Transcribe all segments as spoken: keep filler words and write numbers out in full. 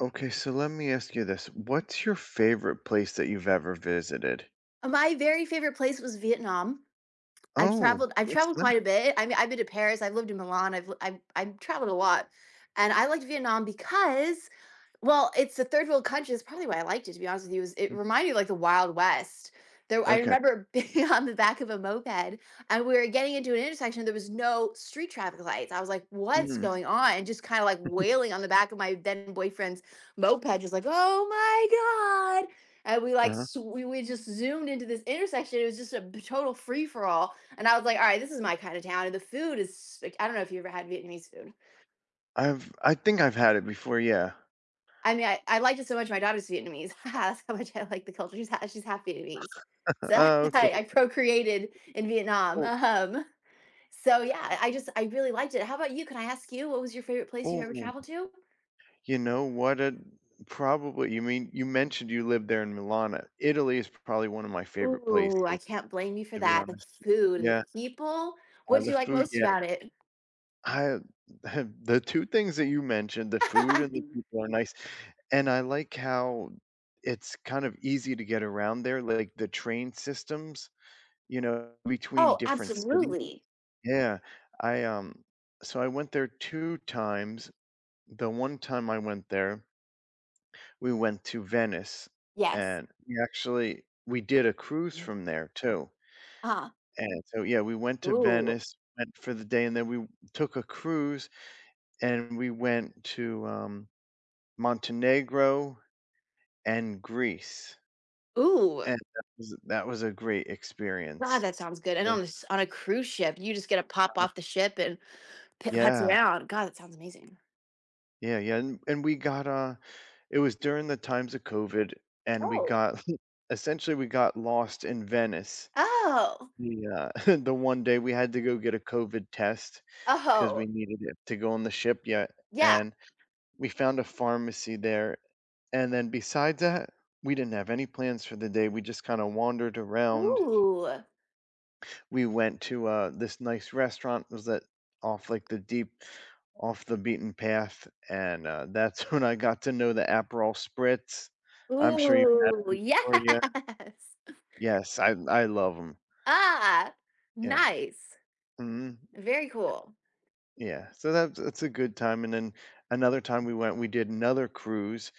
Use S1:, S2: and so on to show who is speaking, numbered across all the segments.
S1: Okay, so let me ask you this. What's your favorite place that you've ever visited?
S2: My very favorite place was Vietnam. I've
S1: Oh,
S2: traveled I've
S1: that's
S2: traveled
S1: nice.
S2: quite a bit. I mean, I've been to Paris, I've lived in Milan, I've li I've I've traveled a lot, and I liked Vietnam because well, it's the third world country, that's probably why I liked it, to be honest with you, is it
S1: Mm.
S2: reminded me like the Wild West. There, I
S1: Okay.
S2: remember being on the back of a moped, and we were getting into an intersection, there was no street traffic lights. I was like, "What's
S1: Mm,
S2: going on?" And just kinda, like, wailing on the back of my then boyfriend's moped, just like, "Oh my god!" And we, like,
S1: uh-huh.
S2: sw we we just zoomed into this intersection, it was just a b total free-for-all, and I was like, "Alright, this is my kinda town," and the food is spec I don't know if you ever had Vietnamese food.
S1: I've I think I've had it before, yeah.
S2: I mean, I, I liked it so much. My daughter's Vietnamese. That's how much I like the culture. She's half, she's half Vietnamese. So
S1: Uh, okay,
S2: I, I procreated in Vietnam.
S1: cool.
S2: Um, so yeah, I just I really liked it. How about you? Can I ask you what was your favorite place you've
S1: Oh,
S2: ever traveled to?
S1: you know what? A, probably. You mean you mentioned you lived there in Milan. Uh, Italy is probably one of my favorite
S2: Ooh, I
S1: places,
S2: can't blame you for
S1: to be
S2: that. The
S1: honest.
S2: food and the
S1: Yeah,
S2: people. What
S1: uh,
S2: did
S1: the
S2: you like
S1: food.
S2: most
S1: Yeah,
S2: about it?
S1: I the two things that you mentioned, the food and the people are nice, and I like how it's kind of easy to get around there, like, the train systems, you know, between
S2: Oh,
S1: different cities.
S2: absolutely.
S1: Yeah, I, um so I went there two times. The one time I went there, we went to Venice,
S2: Yes.
S1: and we actually we did a cruise from there too,
S2: Ah.
S1: and so, yeah, we went to
S2: Ooh.
S1: Venice, went for the day, and then we took a cruise, and we went to, um, Montenegro and Greece,
S2: Ooh.
S1: and that was that was a great
S2: God,
S1: experience.
S2: that sounds good. And
S1: So,
S2: on a, s- on a cruise ship, you just get to pop
S1: uh
S2: off the ship and P putz
S1: Yeah,
S2: around. God, that sounds amazing.
S1: yeah, yeah, and and we got, uh it was during the times of COVID, and we
S2: Oh.
S1: got essentially, we got lost in Venice.
S2: Oh.
S1: The, uh the one day we had to go get a COVID test, because we
S2: Oh,
S1: needed it to go on the ship, yet,
S2: yeah.
S1: and we found a pharmacy there. And then besides that, we didn't have any plans for the day. We just kind of wandered around.
S2: Ooh.
S1: We went to uh, this nice restaurant. It was that off like the deep, off the beaten path, and uh, that's when I got to know the Aperol spritz. I'm sure you've had
S2: Ooh,
S1: them before, yeah.
S2: yes.
S1: Yes, I I love them.
S2: Ah,
S1: Yeah.
S2: nice.
S1: Mhm.
S2: Very cool.
S1: Yeah. So that's that's a good time. And then another time we went, we did another cruise,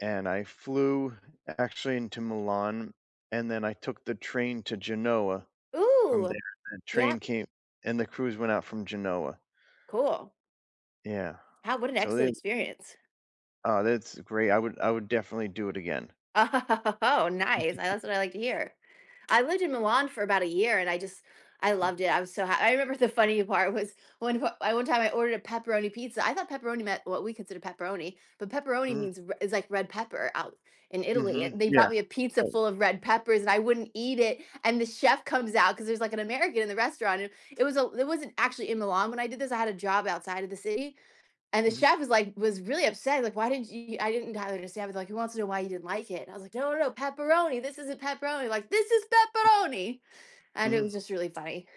S1: and I flew actually into Milan, and then I took the train to Genoa. From there,
S2: Ooh,
S1: the
S2: yeah,
S1: train came, and the cruise went out from Genoa.
S2: cool.
S1: Yeah.
S2: How? What an
S1: So
S2: excellent
S1: they
S2: experience.
S1: Oh, that's great. I would I would definitely do it again.
S2: Oh, nice. I That's what I like to hear. I lived in Milan for about a year and I just I loved it. I was so ha I remember the funny part was one I one time I ordered a pepperoni pizza. I thought pepperoni meant what we consider pepperoni, but pepperoni
S1: Mm,
S2: means re is like red pepper out in Italy.
S1: mhm.
S2: And they
S1: Yeah,
S2: brought me a pizza
S1: right.
S2: full of red peppers and I wouldn't eat it. And the chef comes out because there's like an American in the restaurant. And it was a it wasn't actually in Milan when I did this. I had a job outside of the city. And the
S1: Mhm,
S2: chef is like was really upset, like, "Why didn't you I didn't I understand." I was like, "Who wants to know why you didn't like it?" And I was like, "No, no, no, pepperoni. This isn't pepperoni." Like, "This is pepperoni." And it
S1: mhm.
S2: was just really funny,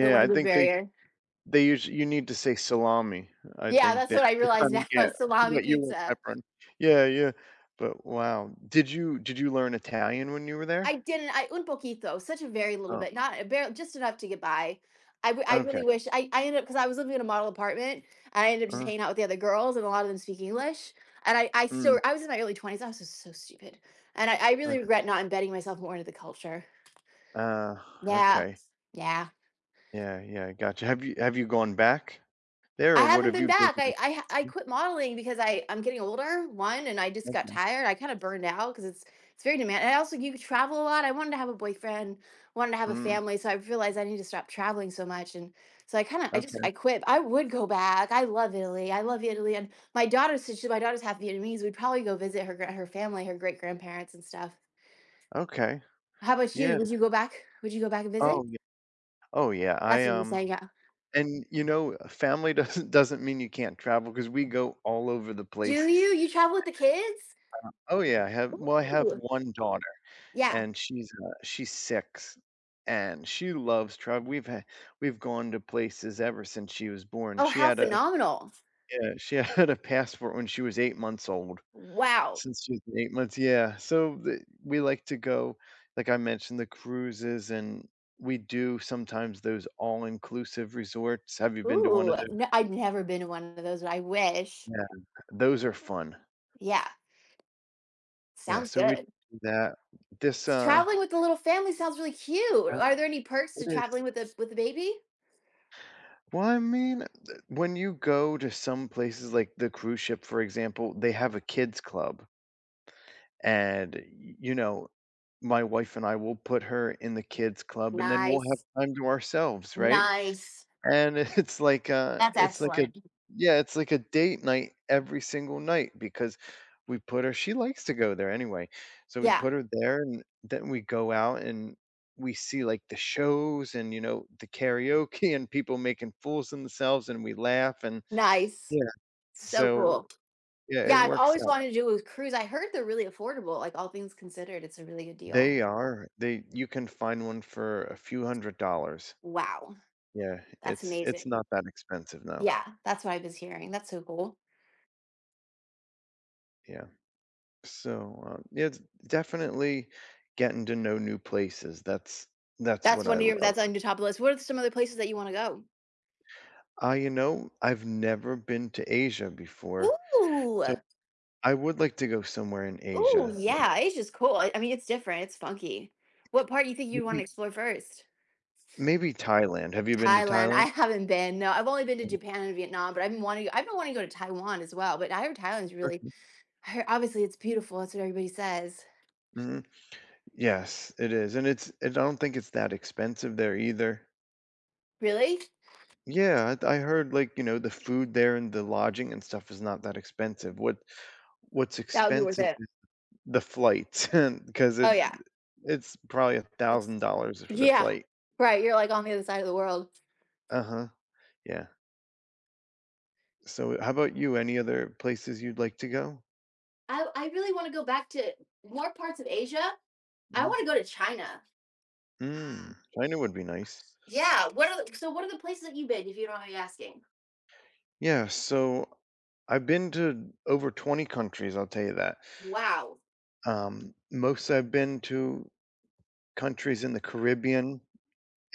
S2: the
S1: I
S2: language
S1: think they
S2: barrier.
S1: they usu you need to say salami, I
S2: Yeah,
S1: think,
S2: that's
S1: there
S2: what I
S1: to
S2: realize
S1: kinda
S2: now,
S1: get
S2: salami
S1: what you want,
S2: pizza.
S1: pepperoni. Yeah, yeah. But wow. Did you did you learn Italian when you were there?
S2: I didn't. I un poquito, such a very little
S1: Oh,
S2: bit, not a bare, just enough to get by. I, w- I
S1: okay.
S2: really wish I, I ended up because I was living in a model apartment and I ended up just
S1: uh
S2: hanging out with the other girls and a lot of them speak English. And I, I still
S1: Mm.
S2: I was in my early twenties. I was just so stupid. And I, I really
S1: ok
S2: regret not embedding myself more into the culture.
S1: uh,
S2: Yeah.
S1: okay.
S2: Yeah.
S1: Yeah, yeah, gotcha. Have you have you gone back
S2: I
S1: there, or what
S2: haven't
S1: have
S2: been
S1: you
S2: back.
S1: visited?
S2: I I I quit modeling because I I'm getting older, one, and I just got
S1: Okay.
S2: tired. I kind of burned out because it's it's very demanding. I also you travel a lot. I wanted to have a boyfriend, wanted to have a
S1: Mm,
S2: family, so I realized I need to stop traveling so much. And so I kind of I just
S1: okay,
S2: I quit. I would go back. I love Italy. I love Italy, and my daughter's since she- my daughter's half Vietnamese. We'd probably go visit her gra- her family, her great grandparents and stuff.
S1: okay.
S2: How about you?
S1: Yeah.
S2: Would you go back? Would you go back and visit?
S1: Oh, yeah. Oh, yeah.
S2: That's
S1: I,
S2: what you were
S1: um
S2: saying. Yeah.
S1: and, you know, family doesn't doesn't mean you can't travel travel because we go all over the
S2: Do
S1: place.
S2: you? You travel with the kids?
S1: Oh, yeah, I have well, I have
S2: Ooh.
S1: one daughter,
S2: Yeah.
S1: and she's, uh, she's six, and she loves travel. We've had we've gone to places ever since she was born.
S2: Oh,
S1: She
S2: how
S1: had a
S2: phenomenal.
S1: Yeah, she had a passport when she was eight months old.
S2: Wow.
S1: Since she's been eight months Yeah, so the we like to go, like I mentioned, the cruises, and we do sometimes those all-inclusive resorts. Have you been to one
S2: Ooh,
S1: of those?
S2: no, I've never been to one of those, but I wish.
S1: Yeah, those are fun.
S2: Yeah,
S1: Yeah,
S2: sounds
S1: so we
S2: good.
S1: do that. This,
S2: S-
S1: uh
S2: Traveling with the little family sounds really cute.
S1: uh,
S2: Are there any perks
S1: it
S2: to
S1: is
S2: traveling with a with a baby?
S1: Well, I mean, th when you go to some places like the cruise ship, for example, they have a kids club, and, y you know, my wife and I will put her in the kids club, and then we'll have
S2: Nice.
S1: time to ourselves, right?
S2: Nice.
S1: And it's like a
S2: That's
S1: it's like a
S2: excellent.
S1: yeah, it's like a date night every single night, because we put her she likes to go there anyway. So we
S2: Yeah,
S1: put her there, and then we go out, and we see, like, the shows, and you know the karaoke, and people making fools of themselves, and we laugh, and
S2: nice.
S1: yeah,
S2: So
S1: so
S2: cool.
S1: yeah,
S2: Yeah,
S1: it
S2: I've
S1: works
S2: always
S1: out.
S2: wanted to do a cruise. I heard they're really affordable, like all things considered, it's a really good deal.
S1: They are. They You can find one for a few hundred dollars.
S2: Wow,
S1: Yeah,
S2: that's
S1: it's it's
S2: amazing.
S1: not that expensive now.
S2: Yeah, that's what I was hearing. That's so cool.
S1: Yeah. So, um, yeah, it's definitely getting to know new places. That's that's
S2: That's
S1: what
S2: one
S1: I
S2: of your
S1: love.
S2: that's on your top of list. What are some other places that you wanna go?
S1: I, you know, I've never been to Asia before,
S2: Ooh,
S1: so I would like to go somewhere in
S2: ooh,
S1: Asia, like
S2: yeah, Asia's cool. I I mean, it's different, it's funky. What part do you think you wanna
S1: maybe
S2: explore first?
S1: maybe Thailand. Have you been to
S2: Thailand, I
S1: Thailand?
S2: haven't been, no, I've only been to
S1: Mm,
S2: Japan and Vietnam, but I've been wanting I've been wanting to go to Taiwan as well, but I heard Thailand's really
S1: okay.
S2: I heard obviously, it's beautiful, that's what everybody says.
S1: Mhm. Yes, it is, and it's and I don't think it's that expensive there either.
S2: Really?
S1: Yeah, I, I heard, like, you know the food there and the lodging and stuff is not that expensive. What what's
S2: That would be worth
S1: expensive?
S2: it.
S1: The flight, because it
S2: Oh, yeah.
S1: it's probably
S2: It's
S1: a thousand dollars for the
S2: yeah.
S1: flight.
S2: Right, you're, like, on the other side of the world.
S1: Uh-huh, yeah. So, how about you? Any other places you'd like to go?
S2: I I really wanna go back to more parts of Asia. I
S1: Mhm.
S2: wanna go to China.
S1: Mm, China would be nice.
S2: Yeah, what are the so what are the places that you've been, if you don't mind me asking?
S1: Yeah, so I've been to over twenty countries, I'll tell you that.
S2: Wow.
S1: Um, most I've been to countries in the Caribbean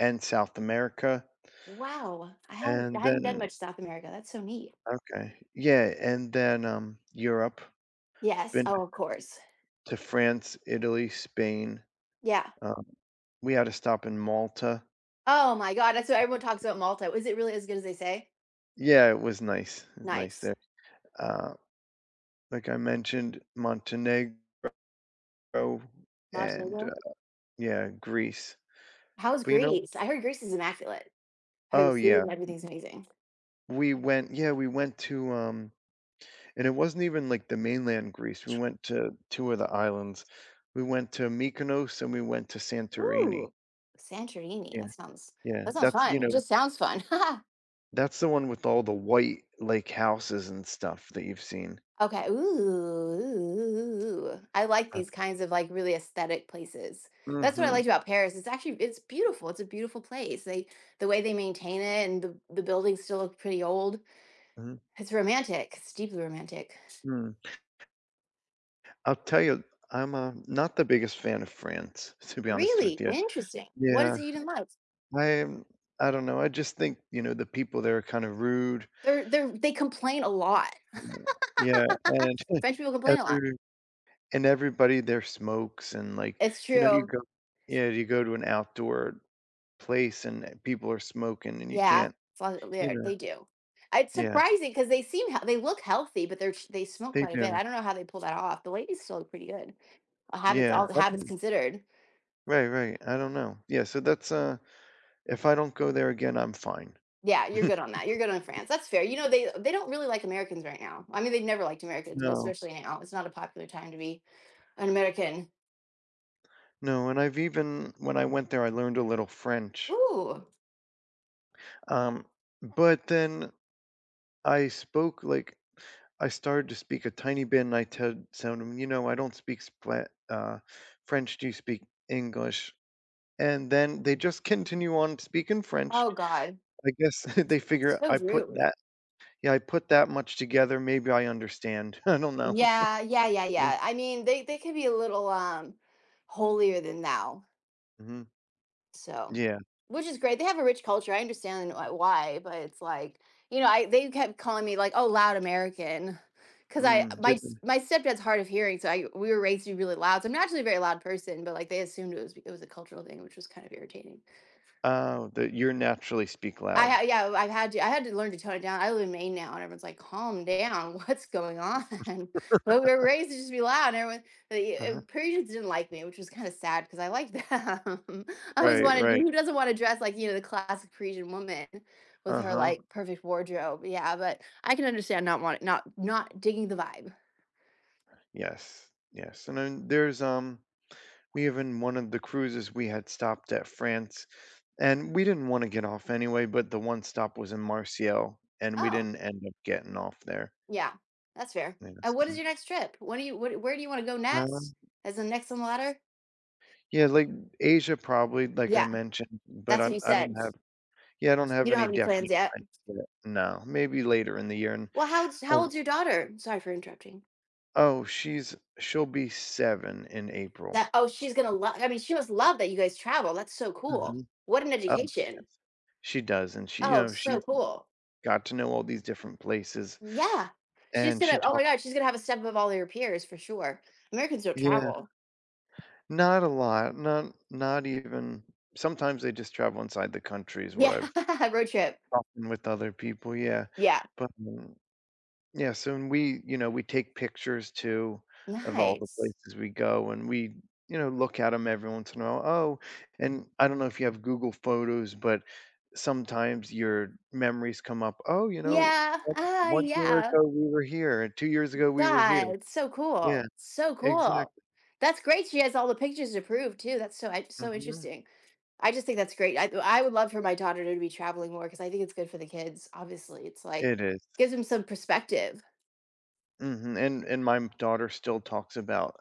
S1: and South America,
S2: Wow, I haven't I
S1: and
S2: haven't done
S1: then
S2: much South America, that's so neat.
S1: okay. Yeah, and then, um, Europe.
S2: Yes,
S1: Been
S2: oh, of course.
S1: to France, Italy, Spain.
S2: Yeah.
S1: Um, we had a stop in Malta.
S2: Oh my god, that's what everyone talks about Malta, is it really as good as they say?
S1: Yeah, it was nice. It was nice
S2: Nice.
S1: there. Uh, like I mentioned, Montenegro, and
S2: Montenegro?
S1: uh, yeah, Greece.
S2: How's
S1: But, you know,
S2: Greece? I heard Greece is immaculate. I heard the
S1: oh
S2: food
S1: yeah,
S2: and everything's amazing.
S1: we went. Yeah, we went to, um, and it wasn't even like the mainland Greece. We went to two of the islands. We went to Mykonos, and we went to Santorini.
S2: Ooh, Santorini,
S1: Yeah,
S2: that sounds
S1: yeah.
S2: that sounds
S1: That's you
S2: fun, it
S1: know,
S2: just sounds fun.
S1: that's the one with all the white, like, houses and stuff that you've seen.
S2: Okay. Ooh, I like
S1: Uh,
S2: these kinds of like really aesthetic places. That's what I
S1: mhm,
S2: liked about Paris. It's actually it's beautiful. It's a beautiful place. They the way they maintain it and the, the buildings still look pretty old.
S1: mhm,
S2: It's romantic. It's deeply romantic.
S1: mm. I'll tell you, I'm, uh, not the biggest fan of France, to be honest with
S2: Really
S1: you.
S2: interesting. What
S1: Yeah,
S2: is it you didn't like?
S1: I'm I don't know, I just think, you know, the people there are kind of rude.
S2: They're they're they complain a lot.
S1: Yeah, and
S2: French people complain a lot.
S1: every and everybody there smokes and, like,
S2: It's
S1: you know, you
S2: true.
S1: go. Yeah, you go to an outdoor place, and eh, people are smoking, and you
S2: Yeah,
S1: can't,
S2: it's a lot-
S1: you
S2: yeah,
S1: know
S2: they do. It's
S1: Yeah,
S2: surprising because they seem he- they look healthy, but they're they smoke
S1: they
S2: quite a bit. I
S1: do.
S2: don't know how they pull that off. The ladies still look pretty good. Uh, habits
S1: Yeah,
S2: all
S1: I
S2: habits
S1: don't
S2: considered.
S1: Right, right, I don't know. Yeah, so that's, uh if I don't go there again, I'm fine.
S2: Yeah, you're good on that. You're good on France. That's fair. You know, they they don't really like Americans right now. I mean, they've never liked Americans, but
S1: No.
S2: especially now. It's not a popular time to be an American.
S1: No, and I've even when I went there, I learned a little French.
S2: Ooh.
S1: Um, but then I spoke like I started to speak a tiny bit, and I told them, you know, I don't speak spla uh, French. Do you speak English? And then they just continue on speaking French.
S2: Oh God.
S1: I guess they figure
S2: So
S1: I put
S2: rude.
S1: that yeah, I put that much together. Maybe I understand. I don't know.
S2: Yeah, yeah, yeah,
S1: Yeah.
S2: yeah. I mean, they they could be a little um holier than thou.
S1: Mhm.
S2: So,
S1: Yeah.
S2: which is great. They have a rich culture. I understand wh- why, but it's like, you know, I they kept calling me like, "Oh, loud American." Cuz I
S1: Mm.
S2: my
S1: did
S2: s- my stepdad's hard of hearing, so I we were raised to be really loud. So I'm naturally a very loud person, but like they assumed it was be- it was a cultural thing, which was kind of irritating.
S1: Oh, that you're naturally speak
S2: I ha-
S1: loud.
S2: yeah, I've had to I had to learn to tone it down. I live in Maine now, and everyone's like, "Calm down, what's going on?" But we were raised to just be loud, and everyone the uh,
S1: Uh-huh.
S2: Parisians didn't like me, which was kind of sad because I liked them. I always
S1: Right,
S2: wanted
S1: right.
S2: who doesn't want to dress like you know the classic Parisian woman with her
S1: Uh-huh.
S2: like perfect wardrobe. Yeah, but I can understand not want not not digging the vibe.
S1: Yes, yes, and then there's, um we, even one of the cruises we had stopped at France, and we didn't wanna get off anyway, but the one stop was in Marseille, and we
S2: Oh
S1: didn't end up getting off there.
S2: yeah, that's fair. Uh,
S1: Yes,
S2: what is
S1: mhm.
S2: your next trip? When do you what, where do you want to go next?
S1: Um,
S2: As the next on the ladder?
S1: yeah, like, Asia probably, like I
S2: Yeah,
S1: mentioned, but
S2: that's what you
S1: I'm I I do
S2: said.
S1: not have yeah, I don't
S2: You
S1: have
S2: don't
S1: any
S2: have any plans
S1: definite
S2: yet.
S1: plans yet. No, maybe later in the year, and
S2: Well, how old's how
S1: oh
S2: old's your daughter? Sorry for interrupting.
S1: oh, she's she'll be seven in April.
S2: That oh, she's gonna love. I mean, she must love that you guys travel. That's so cool.
S1: Mhm.
S2: What an
S1: Oh, she
S2: education.
S1: does. She does, and she, you
S2: Oh,
S1: know, she
S2: so cool.
S1: got to know all these different places,
S2: Yeah, she's
S1: and she
S2: gonna. Oh my
S1: talked
S2: god, she's gonna have a step above all her peers for sure. Americans don't
S1: yeah,
S2: travel.
S1: not a lot, not not even sometimes, they just travel inside the country is what
S2: Yeah,
S1: I've
S2: road trip.
S1: talking with other people, yeah,
S2: Yeah,
S1: but, um, yeah, so and we, you know, we take pictures too of all the
S2: nice.
S1: places we go, and we, you know, look at them every once in a while. Oh, and I don't know if you have Google Photos, but sometimes your memories come up, "Oh, you know,
S2: Yeah,
S1: one
S2: ah,
S1: one year
S2: yeah.
S1: ago we were here, and two years ago we were here."
S2: God, so
S1: Yeah.
S2: cool. So cool.
S1: Exactly.
S2: That's great. She has all the pictures to prove too. That's so I- so
S1: Mhm.
S2: interesting. I just think that's great. I I would love for my daughter to be traveling more because I think it's good for the kids. Obviously, it's like
S1: It is.
S2: gives them some perspective.
S1: Mhm, and and my daughter still talks about,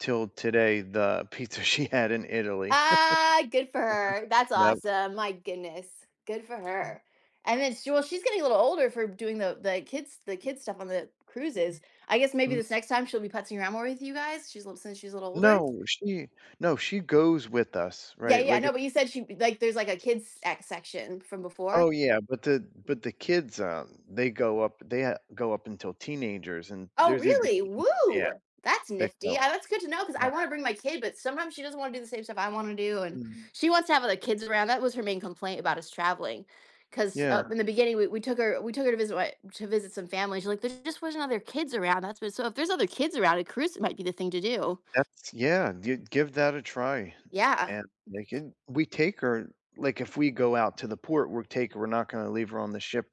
S1: till today, the pizza she had in Italy.
S2: Ah, good for her. That's
S1: Yep.
S2: awesome. My goodness, good for her. And then she, well, she's getting a little older for doing the the kids the kids stuff on the cruises. I guess maybe
S1: N
S2: this next time she'll be putzing around more with you guys. She's a little since she's a little older.
S1: no, she no, she goes with us,
S2: Yeah,
S1: right?
S2: yeah,
S1: Like,
S2: no,
S1: if
S2: but you said she like there's like a kids act section from before.
S1: oh, yeah, but the but the kids, um, they go up they ha go up until teenagers, and
S2: Oh,
S1: there's even
S2: really?
S1: teens, yeah,
S2: Woo! That's
S1: that
S2: nifty.
S1: go.
S2: Uh, that's good to know because I
S1: Yeah.
S2: want to bring my kid, but sometimes she doesn't want to do the same stuff I want to do, and
S1: Mm.
S2: she wants to have other kids around. That was her main complaint about us traveling, because
S1: Yeah.
S2: uh, in the beginning we, we took her we took her to visit my, to visit some family. She's like, there just wasn't other kids around. That's what, so if there's other kids around, a cruise might be the thing to do.
S1: That's Yeah, gi give that a try,
S2: Yeah.
S1: and they can we take her, like, if we go out to the port, we'll take her, we're not gonna leave her on the ship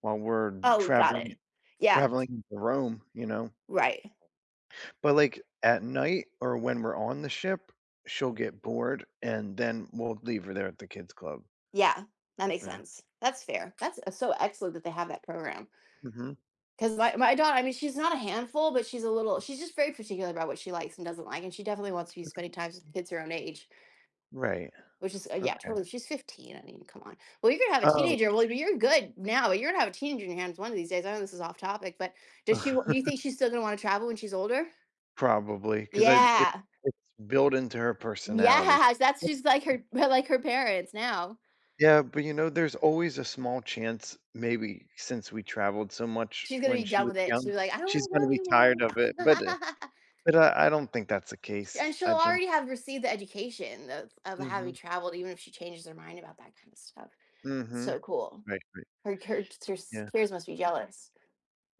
S1: while we're
S2: Oh, got
S1: traveling
S2: it. Yeah.
S1: traveling to Rome, you know?
S2: Right.
S1: But, like, at night or when we're on the ship, she'll get bored, and then we'll leave her there at the kids club.
S2: Yeah. That makes
S1: Yeah.
S2: sense. That's fair. That's uh, so excellent that they have that program.
S1: Mhm.
S2: Because my, my daughter, I mean, she's not a handful, but she's a little, she's just very particular about what she likes and doesn't like. And she definitely wants to be spending time with kids her own age,
S1: Right.
S2: which is, uh, yeah,
S1: Okay.
S2: totally. She's fifteen. I mean, come on. Well, you're going to have a
S1: Oh,
S2: teenager. Well, you're good now, but you're going to have a teenager in your hands one of these days. I know this is off topic, but does she, wa- do you think she's still going to want to travel when she's older?
S1: probably because I it's
S2: Yeah.
S1: it's built into her personality.
S2: Yeah. That's, she's like her, like her parents now.
S1: Yeah, but, you know, there's always a small chance, maybe since we traveled so much
S2: She's going to
S1: when
S2: be
S1: she
S2: done
S1: was
S2: with it. She'll
S1: young,
S2: be like, I don't
S1: she's
S2: want to go
S1: gonna be tired of it. But uh,
S2: anymore.
S1: but I, I don't think that's the case.
S2: And she'll
S1: I think.
S2: already have received the education of of
S1: Mm
S2: having
S1: hmm.
S2: traveled even if she changes her mind about that kind of stuff.
S1: Mm hmm.
S2: So cool.
S1: Right. Right.
S2: Her her her
S1: Yeah.
S2: peers must be jealous.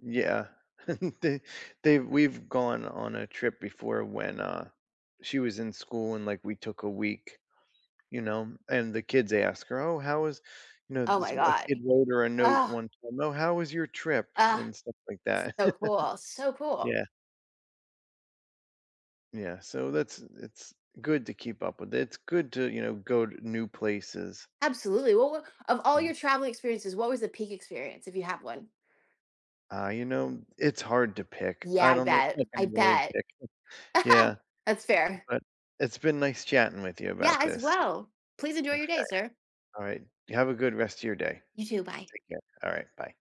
S1: Yeah. they they we've gone on a trip before when uh she was in school, and, like, we took a week, you know, and the kids ask her, "Oh, how was?" You know,
S2: Oh
S1: this-
S2: my
S1: a kid
S2: god.
S1: wrote her a note
S2: Oh,
S1: one time. "Oh, how was your trip?"
S2: ah,
S1: and stuff like that.
S2: so cool, so cool.
S1: Yeah. Yeah, so that's it's good to keep up with. It's good to, you know, go to new places,
S2: Absolutely. Well, what of all your
S1: and
S2: traveling experiences, what was the peak experience, if you have one?
S1: uh, you know, it's hard to pick.
S2: Yeah,
S1: I
S2: I
S1: don't know
S2: bet.
S1: if I
S2: I
S1: can really
S2: bet.
S1: pick. Yeah,
S2: That's fair.
S1: but it's been nice chatting with you
S2: Yeah,
S1: about
S2: as
S1: this.
S2: well. Please enjoy
S1: Okay.
S2: your day, sir.
S1: All right. You have a good rest of your day.
S2: You too, bye.
S1: Take care. All right. Bye.